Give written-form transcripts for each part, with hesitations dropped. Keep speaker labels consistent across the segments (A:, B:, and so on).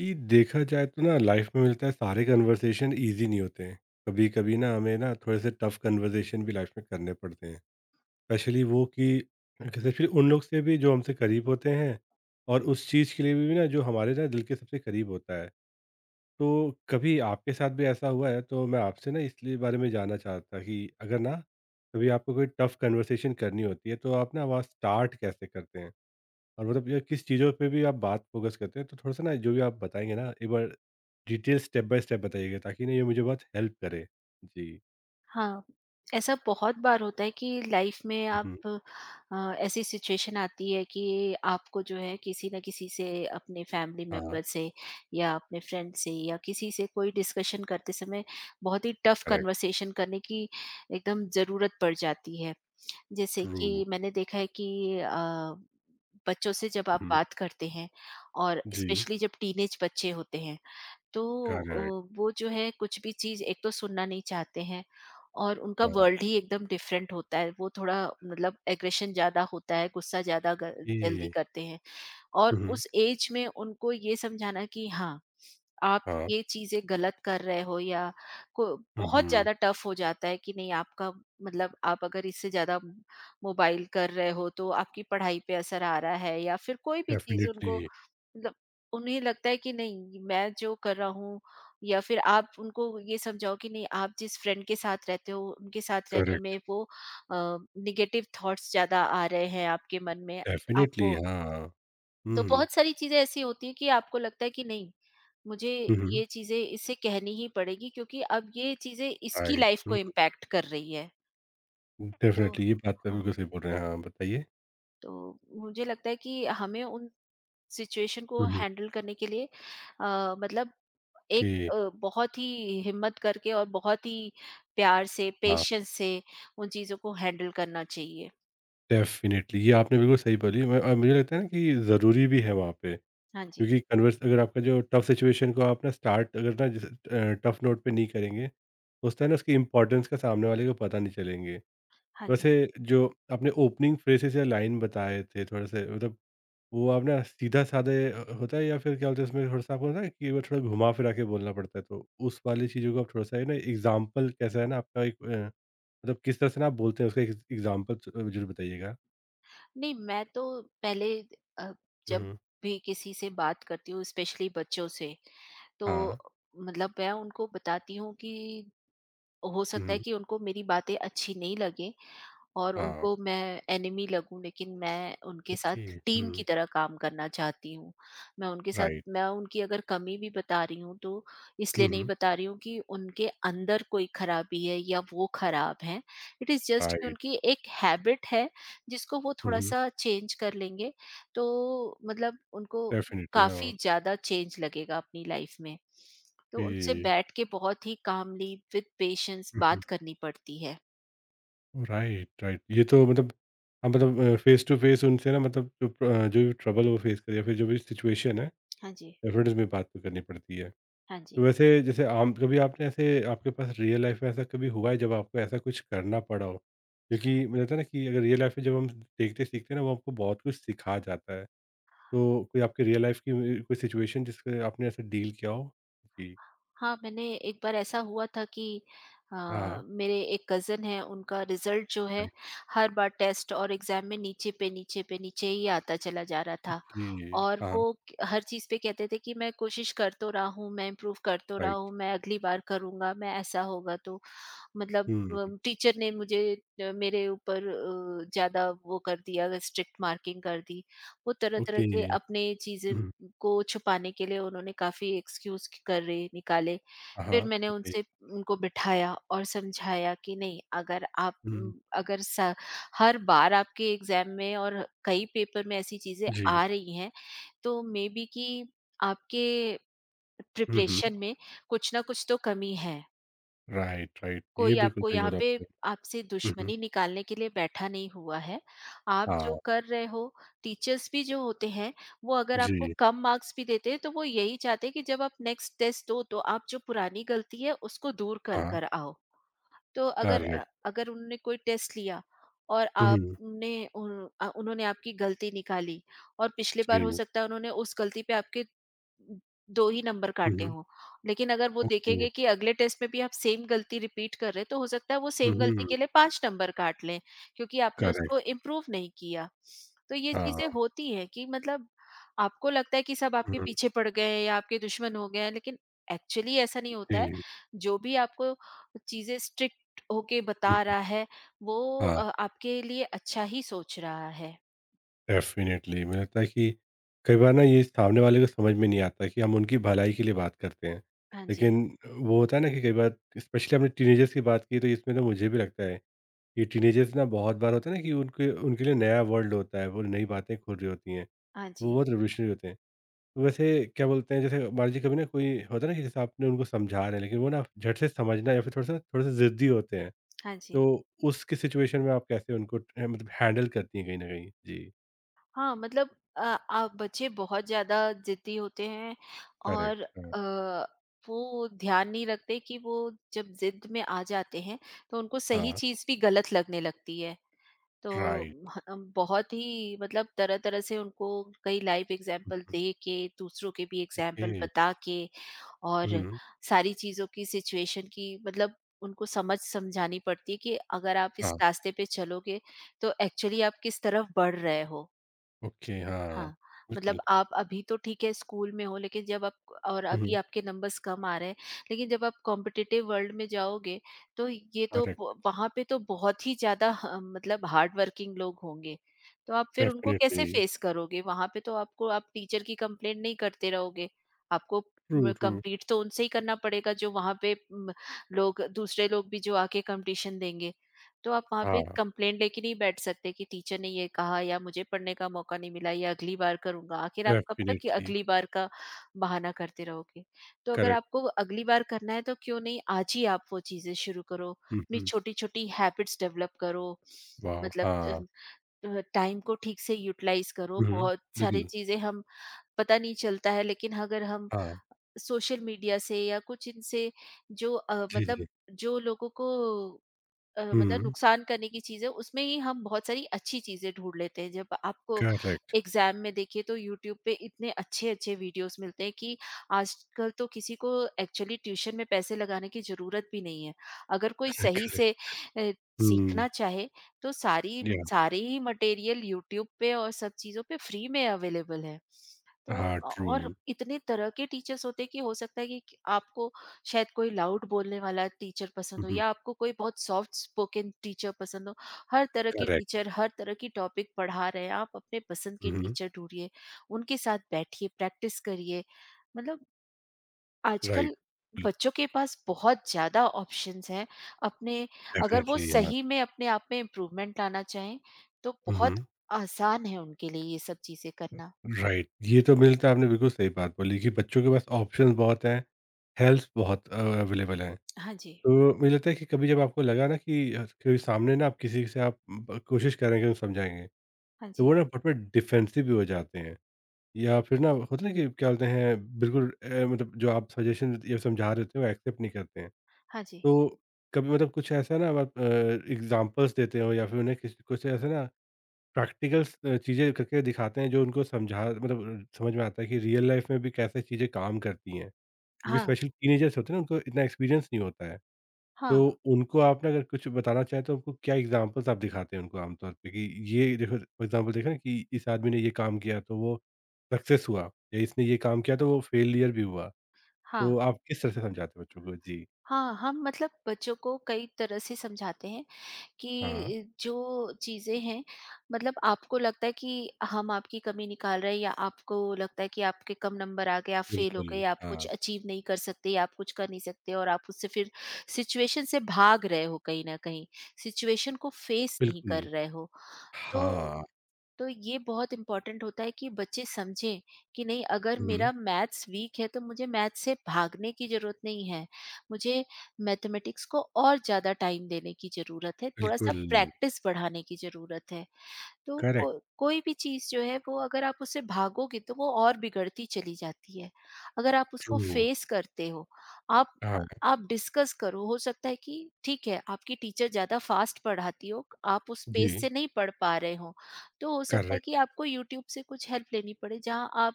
A: ये देखा जाए तो ना लाइफ में मिलता है सारे कन्वर्सेशन इजी नहीं होते हैं। कभी कभी ना हमें ना थोड़े से टफ कन्वर्सेशन भी लाइफ में करने पड़ते हैं। स्पेशली वो कि स्पेशली उन लोग से भी जो हमसे करीब होते हैं और उस चीज़ के लिए भी ना जो हमारे ना दिल के सबसे करीब होता है। तो कभी आपके साथ भी ऐसा हुआ है तो मैं आपसे ना इसलिए बारे में जानना चाहता था कि अगर ना कभी आपको कोई टफ कन्वर्सेशन करनी होती है तो आप ना वहाँ स्टार्ट कैसे करते हैं और मतलब ये किस चीज़ों पे भी आप बात फ़ोकस करते हैं, तो थोड़ा-सा ना जो भी आप बताएँगे ना एक बार डिटेल स्टेप बाय स्टेप बताइएगा ताकि ना ये मुझे बहुत हेल्प करे। जी।
B: हाँ, ऐसा बहुत बार होता है कि लाइफ में
A: हुँ,
B: आप अ, ऐसी सिचुएशन आती है कि आपको जो है किसी न किसी से अपने फैमिली
A: हाँ,
B: मेंबर से या अपने फ्रेंड से या किसी से कोई डिस्कशन करते समय बहुत ही टफ
A: करेक्ट,
B: कन्वर्सेशन करने की एकदम ज़रूरत पड़ जाती है। जैसे
A: ट्रू,
B: कि मैंने देखा है कि बच्चों से जब आप
A: हुँ,
B: बात करते हैं और
A: जी।
B: स्पेशली जब टीनेज बच्चे होते हैं तो
A: करेक्ट,
B: वो जो है कुछ भी चीज़ एक तो सुनना नहीं चाहते हैं और उनका
A: हाँ,
B: वर्ल्ड ही एकदम डिफरेंट होता है। वो थोड़ा मतलब एग्रेशन ज़्यादा होता है, गुस्सा ज़्यादा ग जल्दी
A: ये,
B: करते हैं और
A: हुँ,
B: उस एज में उनको ये समझाना कि हाँ, आप
A: हाँ,
B: ये चीज़ें गलत कर रहे हो या को बहुत
A: हुँ,
B: ज़्यादा टफ हो जाता है कि नहीं आपका मतलब आप अगर इससे ज़्यादा मोबाइल कर रहे हो तो आपकी पढ़ाई पे असर आ रहा है या फिर कोई भी चीज़
A: डेफ़िनिटली,
B: उनको मतलब उन्हें लगता है कि नहीं मैं जो कर रहा हूँ या फिर आप उनको ये समझाओ कि नहीं आप जिस फ्रेंड के साथ रहते हो उनके साथ रहने
A: करेक्ट,
B: में वो निगेटिव थॉट्स ज्यादा आ रहे हैं आपके मन में
A: डेफ़िनिटली,
B: आपको
A: हाँ,
B: तो
A: हुँ,
B: बहुत सारी चीजें ऐसी होती है कि आपको लगता है कि नहीं मुझे
A: हुँ,
B: ये चीजें इसे कहनी ही पड़ेगी क्योंकि अब ये चीजें इसकी
A: राइट,
B: लाइफ को
A: हुँ,
B: इम्पैक्ट कर रही है। तो
A: डेफ़िनिटली ये बात तो
B: हाँ,
A: बिल्कुल सही बोल रहे हैं, हाँ, बताइए?
B: तो मुझे लगता है कि हमें उन सिचुएशन को
A: हुँ,
B: हैंडल करने के लिए मतलब
A: कि
B: बहुत ही हिम्मत करके और बहुत ही प्यार से
A: हाँ,
B: पेशेंस से उन चीज़ों को हैंडल करना चाहिए।
A: डेफ़िनिटली ये आपने बिल्कुल सही बोली, मैं और मुझे लगता है ना कि ज़रूरी भी है वहाँ पे।
B: हाँ जी,
A: क्योंकि कन्वर्स अगर आपका जो टफ सिचुएशन को आप ना स्टार्ट अगर ना जैसे टफ नोट पे नहीं करेंगे, उस टाइम ना उसकी इम्पोर्टेंस का सामने वाले को पता नहीं चलेंगे।
B: हाँ जी।
A: वैसे जो आपने ओपनिंग फ्रेज़ेज़ या लाइन बताए थे थोड़े-से मतलब वो आप ना सीधा-साधे होता है या फिर क्या बोलते हैं उसमें थोड़ा-सा आपको ना कि वो थोड़ा घुमा-फिरा के बोलना पड़ता है, तो उस वाली चीज़ों को आप थोड़ा-सा है ना एग्ज़ाम्पल कैसा है ना आपका एक मतलब किस तरह से ना आप बोलते हैं उसका एक एग्ज़ाम्पल ज ज़रूर बताइएगा?
B: नहीं मैं तो पहले अ,
A: हुँ,
B: जब
A: हुँ।
B: भी किसी से बात करती हूँ स्पेशली बच्चों से, तो
A: हाँ।
B: मतलब मैं उनको बताती हूँ कि हो
A: हुँ,
B: सकता है
A: हुँ।
B: कि उनको मेरी बातें अच्छी नहीं लगे और
A: हाँ,
B: उनको मैं एनिमी लगूं लेकिन मैं उनके
A: ओके।
B: साथ टीम की
A: हुँ,
B: तरह काम करना चाहती हूँ। मैं उनके साथ
A: राइट।
B: मैं उनकी अगर कमी भी बता रही हूँ तो
A: हुँ,
B: इसलिए नहीं
A: हुँ,
B: बता रही हूँ कि उनके अंदर कोई खराबी है या वो खराब हैं। इट इज़ जस्ट कि
A: राइट।
B: उनकी एक हैबिट है जिसको वो
A: हुँ, हुँ।
B: थोड़ा-सा चेंज कर लेंगे तो मतलब उनको
A: डेफ़िनिटली हाँ,
B: काफ़ी ज़्यादा चेंज लगेगा अपनी लाइफ में। तो उनसे
A: ये
B: बैठ के बहुत ही कामली विद पेशेंस
A: हुँ, हुँ।
B: बात करनी पड़ती है।
A: Right, right. ये तो मतलब हाँ, मतलब फ़ेस टू फ़ेस उनसे ना मतलब जो जो भी ट्रबल वो फ़ेस करे या फिर जो भी सिचुएशन है,
B: हाँ जी,
A: डेफ़िनेटली उसमें बात तो करनी पड़ती है।
B: हाँ
A: तो
B: जी।
A: वैसे जैसे आम कभी आपने ऐसे आपके पास रियल लाइफ़ में ऐसा कभी हुआ है जब आपको ऐसा कुछ करना पड़ा हो? क्योंकि मुझे लगता है ना कि अगर रियल लाइफ़ में जब हम देखते सीखते हैं ना वो हमको बहुत कुछ सिखा जाता है। तो कोई आपके रियल लाइफ़ की कोई सिचुएशन जिससे आपने ऐसे डील किया हो? जी।
B: हाँ, मैंने एक बार ऐसा हुआ था कि अ,
A: हाँ, हाँ।
B: मेरे एक कज़न हैं, उनका रिज़ल्ट जो है,
A: राइट।
B: हर बार टेस्ट और एग्ज़ाम में नीचे पे, नीचे पे, नीचे ही आता चला जा रहा था।
A: ओके।
B: और
A: हाँ,
B: वो क हर चीज़ पे कहते थे कि मैं कोशिश कर तो रहा हूँ, मैं इम्प्रूव कर तो रहा
A: राइट।
B: हूँ, मैं अगली बार करूँगा, मैं ऐसा होगा तो।
A: हुँ।
B: मतलब टीचर ने मुझे मेरे ऊपर ज्यादा वो कर दिया, स्ट्रिक्ट मार्किंग कर दी, वो तरह तरह
A: ओके।
B: के अपने चीजें
A: हुँ,
B: को छुपाने के लिए उन्होंने काफी एक्सक्यूज कर रहे निकाले।
A: हाँ,
B: फिर
A: हाँ,
B: मैंने
A: ओके।
B: उनसे उनको बिठाया और समझाया कि नहीं अगर आप
A: हुँ,
B: म, अगर सा- हर बार आपके एग्जाम में और कई पेपर में ऐसी चीजें
A: जी।
B: आ रही हैं तो मे बी कि आपके
A: हुँ, हुँ,
B: प्रिपरेशन में कुछ ना कुछ तो कमी है।
A: Right, right. ये
B: कोई
A: बिल्कुल
B: आपको
A: सही
B: यहाँ
A: बोला
B: पे
A: आपने।
B: आपसे
A: हुँ, हुँ,
B: दुश्मनी निकालने के लिए बैठा नहीं हुआ है। आप जो
A: हाँ,
B: कर रहे हो, टीचर्स भी जो होते हैं, वो अगर आपको
A: जी,
B: कम मार्क्स भी देते हैं तो वो यही चाहते हैं कि जब आप नेक्स्ट टेस्ट दो तो आप जो पुरानी गलती है उसको दूर कर
A: हाँ,
B: कर आओ। तो अगर
A: करेक्ट।
B: अगर उन्होंने कोई टेस्ट लिया और
A: हुँ, हुँ,
B: आपने उन्होंने आपकी गलती निकाली और पिछले बार हो
A: जी।
B: सकता है उन्होंने उस गलती पे आपके 2 ही नंबर
A: हुँ,
B: काटे
A: हुँ,
B: हों। लेकिन अगर वो
A: जी।
B: देखेंगे कि अगले टेस्ट में भी आप सेम गलती रिपीट कर रहे हैं, तो हो सकता है वो
A: हुँ,
B: सेम गलती
A: हुँ,
B: के लिए 5 नंबर काट लें, क्योंकि आपने
A: करेक्ट,
B: उसको इम्प्रूव नहीं किया। तो ये चीज़ें
A: हाँ,
B: होती हैं कि मतलब आपको लगता है कि सब
A: हुँ,
B: आपके
A: हुँ,
B: पीछे पड़ गए हैं या आपके दुश्मन हो गए हैं, लेकिन एक्चुअली ऐसा नहीं होता है।
A: जी।
B: जो भी आपको चीज़ें स्ट्रिक्ट होके बता
A: हुँ,
B: रहा है, वो
A: हाँ,
B: आपके लिए अच्छा ही सोच रहा है।
A: डेफ़िनिटली मुझे लगता है कि कई बार ना ये सामने वाले को समझ में नहीं आता कि हम उनकी भलाई के लिए बात करते हैं।
B: हाँ जी,
A: लेकिन वो होता है ना कि कई बार स्पेशली हमने टीनेजर्स की बात की तो इसमें तो मुझे भी लगता है ये टीनेजर्स ना बहुत बार होता है ना कि उनके उनके लिए नया वर्ल्ड होता है, वो नई बातें खोज रही होती हैं,
B: हाँ
A: वो
B: जी,
A: बहुत रिवोल्यूशनरी होते हैं। तो वैसे क्या बोलते हैं, जैसे मान लीजिए कभी ना कोई होता है ना कि जैसे आपने उनको समझा रहे हैं, लेकिन वो ना झट से समझना या फिर थोड़ा-सा थोड़े-से ज़िद्दी होते हैं,
B: हाँ जी।
A: तो उसकी सिचुएशन में आप कैसे उनको मतलब हैंडल करती हैं कहीं न कहीं? जी।
B: हाँ, मतलब बच्चे बहुत ज्यादा जिद्दी होते हैं और
A: करेक्ट, हाँ।
B: वो ध्यान नहीं रखते कि वो जब जिद में आ जाते हैं तो उनको सही
A: हाँ,
B: चीज भी गलत लगने लगती है। तो
A: राइट।
B: हम बहुत ही मतलब तरह तरह से उनको कई लाइव एग्जाम्पल दे के, दूसरों के भी एग्जाम्पल
A: ओके।
B: बता के, और
A: हुँ,
B: सारी चीजों की सिचुएशन की मतलब उनको समझ समझानी पड़ती है कि अगर आप इस
A: हाँ,
B: रास्ते पे चलोगे तो एक्चुअली आप किस तरफ बढ़ रहे हो।
A: ओके, हाँ,
B: हाँ,
A: बिल्कुल।
B: मतलब आप अभी तो ठीक है स्कूल में हो लेकिन जब आप और अभी
A: हुँ,
B: आपके नंबर्स कम आ रहे हैं, लेकिन जब आप कॉम्पिटिटिव वर्ल्ड में जाओगे, तो ये तो ब
A: करेक्ट,
B: वहाँ पे तो बहुत ही ज़्यादा ह मतलब हार्ड वर्किंग लोग होंगे। तो आप फिर उनको कैसे
A: डेफ़िनिटली।
B: फेस करोगे? वहाँ पे तो आपको आप टीचर की कंप्लेंट नहीं करते रहोगे। आपको
A: ट्रू,
B: म
A: ट्रू।
B: कंप्लीट तो उनसे ही करना पड़ेगा जो वहाँ पे लोग दूसरे लोग भी जो आके कंपटीशन देंगे। तो आप वहाँ पे
A: हाँ,
B: कंप्लेंट लेके नहीं बैठ सकते कि टीचर ने ये कहा या मुझे पढ़ने का मौका नहीं मिला या अगली बार करूँगा। आखिर आप कब तक ये
A: डेफ़िनिटली,
B: अगली बार का बहाना करते रहोगे? तो अगर
A: करेक्ट।
B: आपको अगली बार करना है तो क्यों नहीं आज ही आप वो चीज़ें शुरू करो।
A: हुँ,
B: अपनी
A: हुँ।
B: छोटी-छोटी हैबिट्स डेवलप करो।
A: वाओ!
B: मतलब
A: हाँ।
B: टाइम को ठीक से यूटिलाइज़ करो।
A: हुँ, हुँ।
B: बहुत सारी
A: बिल्कुल।
B: चीज़ें हम पता नहीं चलता है लेकिन अगर हम
A: हाँ।
B: सोशल मीडिया से या कुछ इनसे जो
A: जी,
B: मतलब
A: जी।
B: जो लोगों को मतलब
A: हुँ।
B: नुकसान करने की चीज़ें उसमें ही हम बहुत सारी अच्छी चीज़ें ढूँढ लेते हैं। जब आपको
A: करेक्ट।
B: एग्ज़ाम में देखिए तो यूट्यूब पे इतने अच्छे-अच्छे वीडियोज़ मिलते हैं कि आजकल तो किसी को एक्चुअली ट्यूशन में पैसे लगाने की ज़रूरत भी नहीं है। अगर कोई सही
A: करेक्ट।
B: से अ, सीखना
A: हुँ।
B: चाहे तो सारी
A: या
B: सारे ही मटेरियल यूट्यूब पे और सब चीज़ों पे फ्री में अवेलेबल है। तो
A: हाँ, ट्रू।
B: और इतने तरह के टीचर्स होते हैं कि हो सकता है कि आपको शायद कोई लाउड बोलने वाला टीचर पसंद
A: हुँ,
B: हो
A: हुँ।
B: या आपको कोई बहुत सॉफ्ट स्पोकन टीचर पसंद हो। हर तरह के
A: करेक्ट।
B: टीचर हर तरह की टॉपिक पढ़ा रहे हैं, आप अपने पसंद के
A: हुँ, हुँ।
B: टीचर ढूंढिए, उनके साथ बैठिए, प्रैक्टिस करिए। मतलब आजकल
A: राइट। बिल
B: बच्चों के पास बहुत ज़्यादा ऑप्शंस हैं अपने। अगर वो
A: डेफ़िनिटली हाँ।
B: सही में अपने आप में इम्प्रूवमेंट लाना चाहें तो
A: हुँ,
B: बहुत
A: हुँ।
B: आसान है उनके लिए ये सब चीज़ें करना।
A: राइट। ये तो मुझे लगता है आपने बिल्कुल सही बात बोली कि बच्चों के पास ऑप्शंस बहुत हैं, हेल्प्स बहुत अवेलेबल हैं।
B: हाँ जी,
A: तो मुझे लगता है कि कभी जब आपको लगा ना कि कोई सामने ना आप किसी से आप ब कोशिश कर रहे हैं कि उन्हें समझाएँगे,
B: हाँ
A: तो
B: जी,
A: वो ना फटाफट डिफेंसिव भी हो जाते हैं। या फिर ना होता है ना कि क्या बोलते हैं बिल्कुल मतलब जो आप सजेशन या समझा रहे होते हैं वो एक्सेप्ट नहीं करते हैं।
B: हाँ जी।
A: तो कभी मतलब कुछ ऐसा ना आप एग्ज़ाम्पल्स देते हो या फिर उन्हें किसी कुछ ऐसा ना प्रैक्टिकल्स चीज़ें करके दिखाते हैं जो उनको समझा मतलब समझ में आता है कि रियल लाइफ़ में भी कैसे चीज़ें काम करती हैं। क्योंकि
B: हाँ,
A: स्पेशली टीनेजर्स होते हैं ना उनको इतना एक्सपीरियंस नहीं होता है। तो
B: हाँ,
A: उनको आपने अगर कुछ बताना चाहें तो आपको क्या एग्ज़ाम्पल्स आप दिखाते हैं उनको आम तौर पे कि ये देखो फॉर एग्ज़ाम्पल देखा ना कि इस आदमी ने ये काम किया तो वो सक्सेस हुआ या इसने ये काम किया तो वो फेलियर भी हुआ।
B: हाँ,
A: तो आप किस तरह से समझाते हैं बच्चों को? जी।
B: हाँ, हम मतलब बच्चों को कई तरह से समझाते हैं
A: हाँ,
B: कि जो चीज़ें हैं मतलब आपको लगता है कि हम आपकी कमी निकाल रहे हैं या आपको लगता है कि आपके कम नंबर आ गए, आप फेल हो
A: बिल्कुल,
B: गए, आप कुछ
A: हाँ।
B: अचीव नहीं कर सकते या आप कुछ कर नहीं सकते और आप उससे फिर सिचुएशन से भाग रहे हो कहीं न कहीं, सिचुएशन को फेस नहीं कर
A: बिल्कुल।
B: रहे हो। तो
A: हाँ,
B: तो ये बहुत इम्पोर्टेंट होता है कि बच्चे समझें कि नहीं अगर
A: हुँ,
B: मेरा मैथ्स वीक है तो मुझे मैथ्स से भागने की ज़रूरत नहीं है। मुझे मैथमेटिक्स को और ज़्यादा टाइम देने की ज़रूरत है, थोड़ा-सा
A: बिल्कुल,
B: प्रैक्टिस बढ़ाने की ज़रूरत है। तो
A: करेक्ट,
B: कोई भी चीज़ जो है वो अगर आप उससे भागोगे तो वो और बिगड़ती चली जाती है। अगर आप उसको
A: ट्रू,
B: फेस करते हो, आप
A: हाँ,
B: आप डिस्कस करो, हो सकता है कि ठीक है आपकी टीचर ज़्यादा फास्ट पढ़ाती हो, आप उस
A: जी।
B: पेस से नहीं पढ़ पा रहे हो, तो हो सकता है कि
A: करेक्ट,
B: आपको यूट्यूब से कुछ हेल्प लेनी पड़े जहाँ आप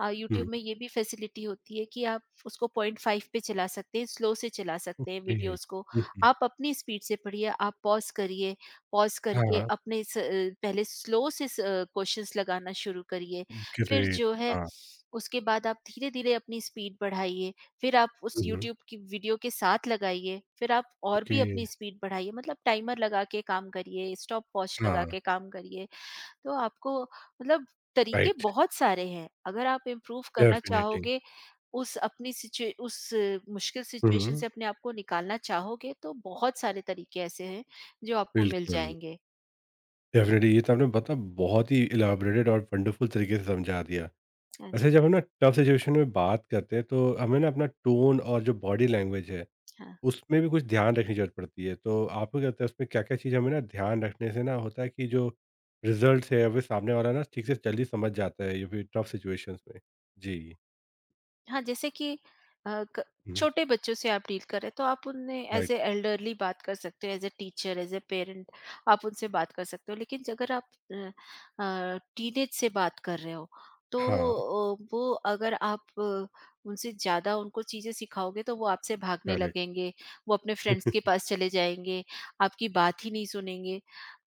A: हुँ,
B: यूट्यूब में ये भी फैसिलिटी होती है कि आप उसको पॉइंट फाइव पे चला सकते हैं, स्लो से चला सकते हैं
A: ओके,
B: वीडियोस को।
A: हुँ, हुँ,
B: आप अपनी स्पीड से पढ़िए, आप पॉज करिए, पॉज़ करके
A: हाँ,
B: पहले स्लो से क्वेश्चंस लगाना शुरू करिए। फिर
A: ग्रेट,
B: जो है
A: हाँ,
B: उसके बाद आप धीरे-धीरे अपनी स्पीड बढ़ाइए। फिर आप उस
A: हुँ, हुँ,
B: यूट्यूब की वीडियो के साथ लगाइए। फिर आप और
A: ओके।
B: भी अपनी स्पीड बढ़ाइए, मतलब टाइमर लगा के काम करिए, स्टॉप वॉच लगा
A: हाँ,
B: के काम करिए। तो आपको मतलब तरीके
A: राइट,
B: बहुत सारे हैं। अगर आप इम्प्रूव करना
A: डेफ़िनिटली,
B: चाहोगे, उस अपनी सिचुए उस अ, मुश्किल सिचुएशन
A: हुँ।
B: से अपने आप को निकालना चाहोगे तो बहुत सारे तरीके ऐसे हैं जो आपको मिल
A: बिल्कुल,
B: जाएँगे।
A: डेफ़िनेटली ये तो आपने मतलब बहुत ही इलैबोरेटेड और वंडरफुल तरीके से समझा दिया।
B: हाँ जी,
A: वैसे जब हम ना टफ सिचुएशन में बात करते हैं तो हमें ना अपना टोन और जो बॉडी लैंग्वेज है,
B: हाँ।
A: उसमें भी कुछ ध्यान रखने की ज़रूरत पड़ती है। तो आपको क्या लगता है उसमें क्या-क्या चीज़ हमें ना ध्यान रखने से ना होता है कि जो रिज़ल्ट्स है वो सामने वाला ना ठीक से जल्दी समझ जाता है या फिर टफ सिचुएशंस में? जी।
B: हाँ, जैसे कि अ, क
A: हुँ,
B: छोटे बच्चों से आप डील कर रहे हैं तो आप उन्हें एज़
A: राइट।
B: ए एल्डरली बात कर सकते हो, as a teacher, as a parent आप उनसे बात कर सकते हो। लेकिन अगर आप अ टीनेज से बात कर रहे हो तो
A: हाँ,
B: वो अगर आप अ, उनसे ज़्यादा उनको चीज़ें सिखाओगे तो वो आपसे भागने
A: करेक्ट।
B: लगेंगे, वो अपने फ्रेंड्स के पास चले जाएँगे, आपकी बात ही नहीं सुनेंगे।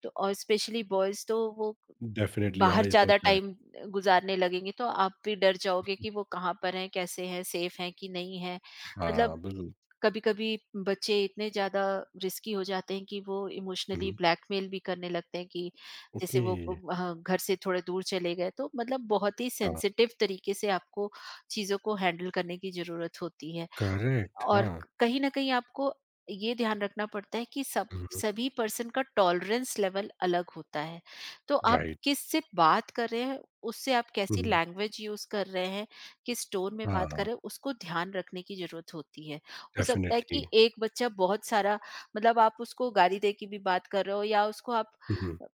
B: तो और स्पेशली बॉयज़ तो वो
A: डेफ़िनेटली हाँ,
B: बाहर
A: ये तो
B: ज़्यादा
A: होता है।
B: टाइम गुज़ारने लगेंगे, तो आप भी डर जाओगे कि वो कहाँ पर हैं, कैसे हैं, सेफ़ हैं कि नहीं हैं।
A: हाँ,
B: मतलब
A: बिल्कुल।
B: कभी-कभी बच्चे इतने ज़्यादा रिस्की हो जाते हैं कि वो इमोशनली
A: हुँ,
B: ब्लैकमेल भी करने लगते हैं कि जैसे
A: ओके।
B: वो ब ह घर से थोड़ा दूर चले गए, तो मतलब बहुत ही
A: हाँ,
B: सेंसिटिव तरीके से आपको चीज़ों को हैंडल करने की ज़रूरत होती है।
A: करेक्ट
B: और
A: हाँ।
B: क कहीं न कहीं आपको ये ध्यान रखना पड़ता है कि सब
A: हुँ।
B: सभी पर्सन का टॉलरेंस लेवल अलग होता है। तो आप
A: राइट।
B: किससे बात कर रहे हैं, उससे आप कैसी
A: हुँ,
B: लैंग्वेज यूज़ कर रहे हैं, किस टोन में बात कर
A: हाँ,
B: रहे हैं, उसको ध्यान रखने की ज़रूरत होती है। हो सकता है
A: डेफ़िनिटली।
B: कि एक बच्चा बहुत सारा मतलब आप उसको गाली दे के भी बात कर रहे हो या उसको आप
A: हुँ,
B: अ,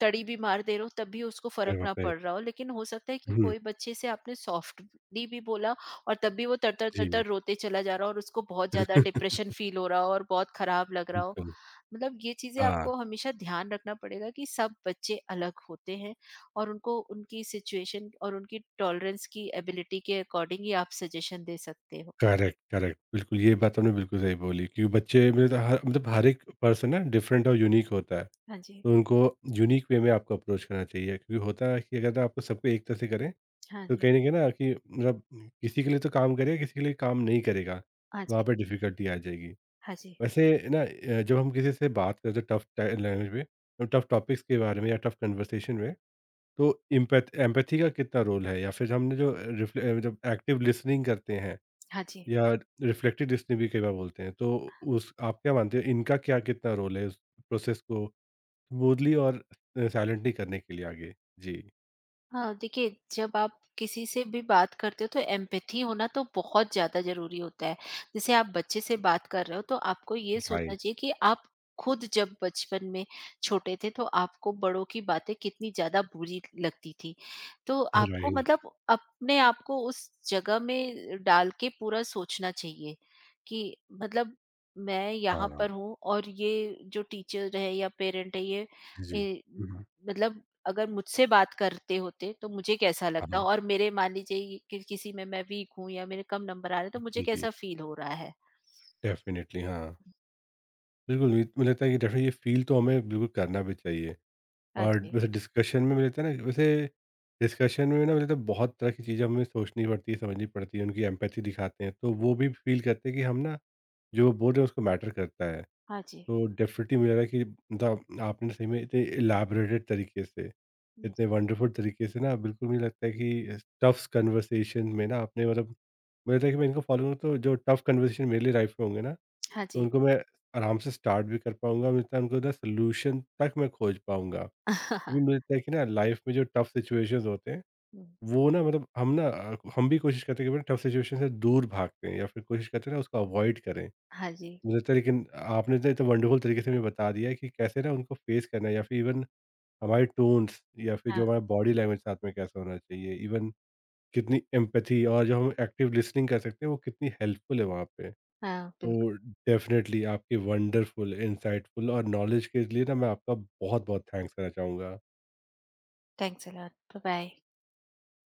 B: तड़ी भी मार दे रहे हो तब भी उसको
A: अरे
B: फ़र्क ना
A: बाप रे!
B: पड़ रहा हो। लेकिन हो सकता है कि
A: हुँ,
B: कोई बच्चे से आपने सॉफ्टली भी बोला और तब भी वो तर-तर,
A: जी।
B: तर-तर रोते चला जा रहा हो और उसको बहुत ज़्यादा डिप्रेशन फील हो रहा हो और बहुत खराब लग रहा हो।
A: बिल्कुल,
B: मतलब ये चीज़ें
A: हाँ,
B: आपको हमेशा ध्यान रखना पड़ेगा कि सब बच्चे अलग होते हैं और उनको उनकी सिचुएशन और उनकी टॉलरेंस की एबिलिटी के अकॉर्डिंग ही आप सजेशन दे सकते हो।
A: Correct, correct. बिल्कुल, ये बात आपने बिल्कुल सही बोली क्योंकि बच्चे मतलब हर एक पर्सन ना डिफरेंट और यूनिक होता है,
B: हाँ जी,
A: तो उनको यूनिक वे में आपको अप्रोच करना चाहिए क्योंकि होता है कि अगर आपको सबको एक तरह से करें,
B: हाँ
A: तो
B: जी,
A: कहीं न कहीं ना कि मतलब किसी के लिए तो काम करेगा, किसी के लिए काम नहीं करेगा,
B: हाँ
A: वहाँ
B: जी,
A: पे डिफ़िकल्टी आ जाएगी।
B: हाँ जी,
A: वैसे ना जब हम किसी से बात करते हैं टफ लैंग्वेज में टफ टॉपिक्स के बारे में या टफ कन्वर्सेशन में तो एम्पैथ एम्पैथी का कितना रोल है या फिर हमने जो जब एक्टिव लिसनिंग करते हैं
B: हाँ जी।
A: या रिफ्लेक्टिव लिसनिंग भी कई बार बोलते हैं तो उस आप क्या मानते हो इनका क्या कितना रोल है उस प्रोसेस को स्मूथली और साइलेंटली करने के लिए आगे जी।
B: हाँ, देखिए जब आप किसी से भी बात करते हो तो एम्पैथी होना तो बहुत ज़्यादा ज़रूरी होता है। जैसे आप बच्चे से बात कर रहे हो तो आपको ये सोचना
A: राइट।
B: चाहिए कि आप खुद जब बचपन में छोटे थे तो आपको बड़ों की बातें कितनी ज़्यादा बुरी लगती थी। तो आपको
A: राइट।
B: मतलब अपने आप को उस जगह में डाल के पूरा सोचना चाहिए कि मतलब मैं यहाँ
A: हाँ
B: पर हूँ और ये जो टीचर है या पेरेंट है ये
A: जी।
B: ए,
A: हम्म,
B: मतलब अगर मुझसे बात करते होते तो मुझे कैसा लगता,
A: हाँ
B: और मेरे मान लीजिए कि किसी में मैं वीक हूँ या मेरे कम नंबर आ रहे हैं तो मुझे
A: जी जी,
B: कैसा फील हो रहा है।
A: डेफिनेटली हाँ, बिल्कुल। मुझे मुझे लगता है कि डेफिनेटली ये फील तो हमें बिल्कुल करना भी चाहिए।
B: हाँ
A: और
B: जी,
A: वैसे डिस्कशन में मिलता है ना वैसे डिस्कशन में ना मतलब बहुत तरह की चीज़ें हमें सोचनी पड़ती है समझनी पड़ती है उनकी एम्पैथी दिखाते हैं तो वो भी फील करते हैं कि हम ना जो वो बोल रहे हैं उसको मैटर करता है।
B: हाँ जी,
A: तो डेफिनेटली मुझे लग रहा है कि मतलब आपने सही में इतने इलाबरेटेड तरीके से
B: हुँ,
A: इतने वंडरफुल तरीके से ना बिल्कुल मुझे लगता है कि टफ कन्वर्सेशन में ना आपने मतलब मुझे लगता है कि मैं इनको फॉलो करूँ तो जो टफ कन्वर्सेशन मेरे लिए लाइफ में होंगे ना तो
B: हाँ जी।
A: उनको मैं आराम से स्टार्ट भी कर पाऊंगा मिलता है उनको ना सोल्यूशन तक मैं खोज पाऊंगा। लेकिन मुझे लगता है कि ना लाइफ में जो टफ सिचुएशंस होते हैं
B: हुँ,
A: वो ना मतलब हम ना हम भी कोशिश करते हैं कि टफ सिचुएशन से दूर भागते हैं या फिर कोशिश करते हैं ना उसको अवॉइड करें
B: हाँ जी,
A: मुझे लगता है। लेकिन आपने तो इतना वंडरफुल तरीके से हमें बता दिया है कि कैसे ना उनको फेस करना है या फिर इवन हमारे टोन्स या फिर
B: हाँ,
A: जो हमारा बॉडी लैंग्वेज साथ में कैसा होना चाहिए इवन कितनी एम्पथी और जो हम एक्टिव लिसनिंग कर सकते हैं वो कितनी हेल्पफुल है वहाँ पे।
B: हाँ,
A: तो
B: बिल्कुल।
A: डेफिनेटली आपके वंडरफुल इंसाइटफुल और नॉलेज के लिए ना मैं आपका बहुत बहुत थैंक्स करना चाहूँगा।
B: Thanks a lot. बाय-बाय।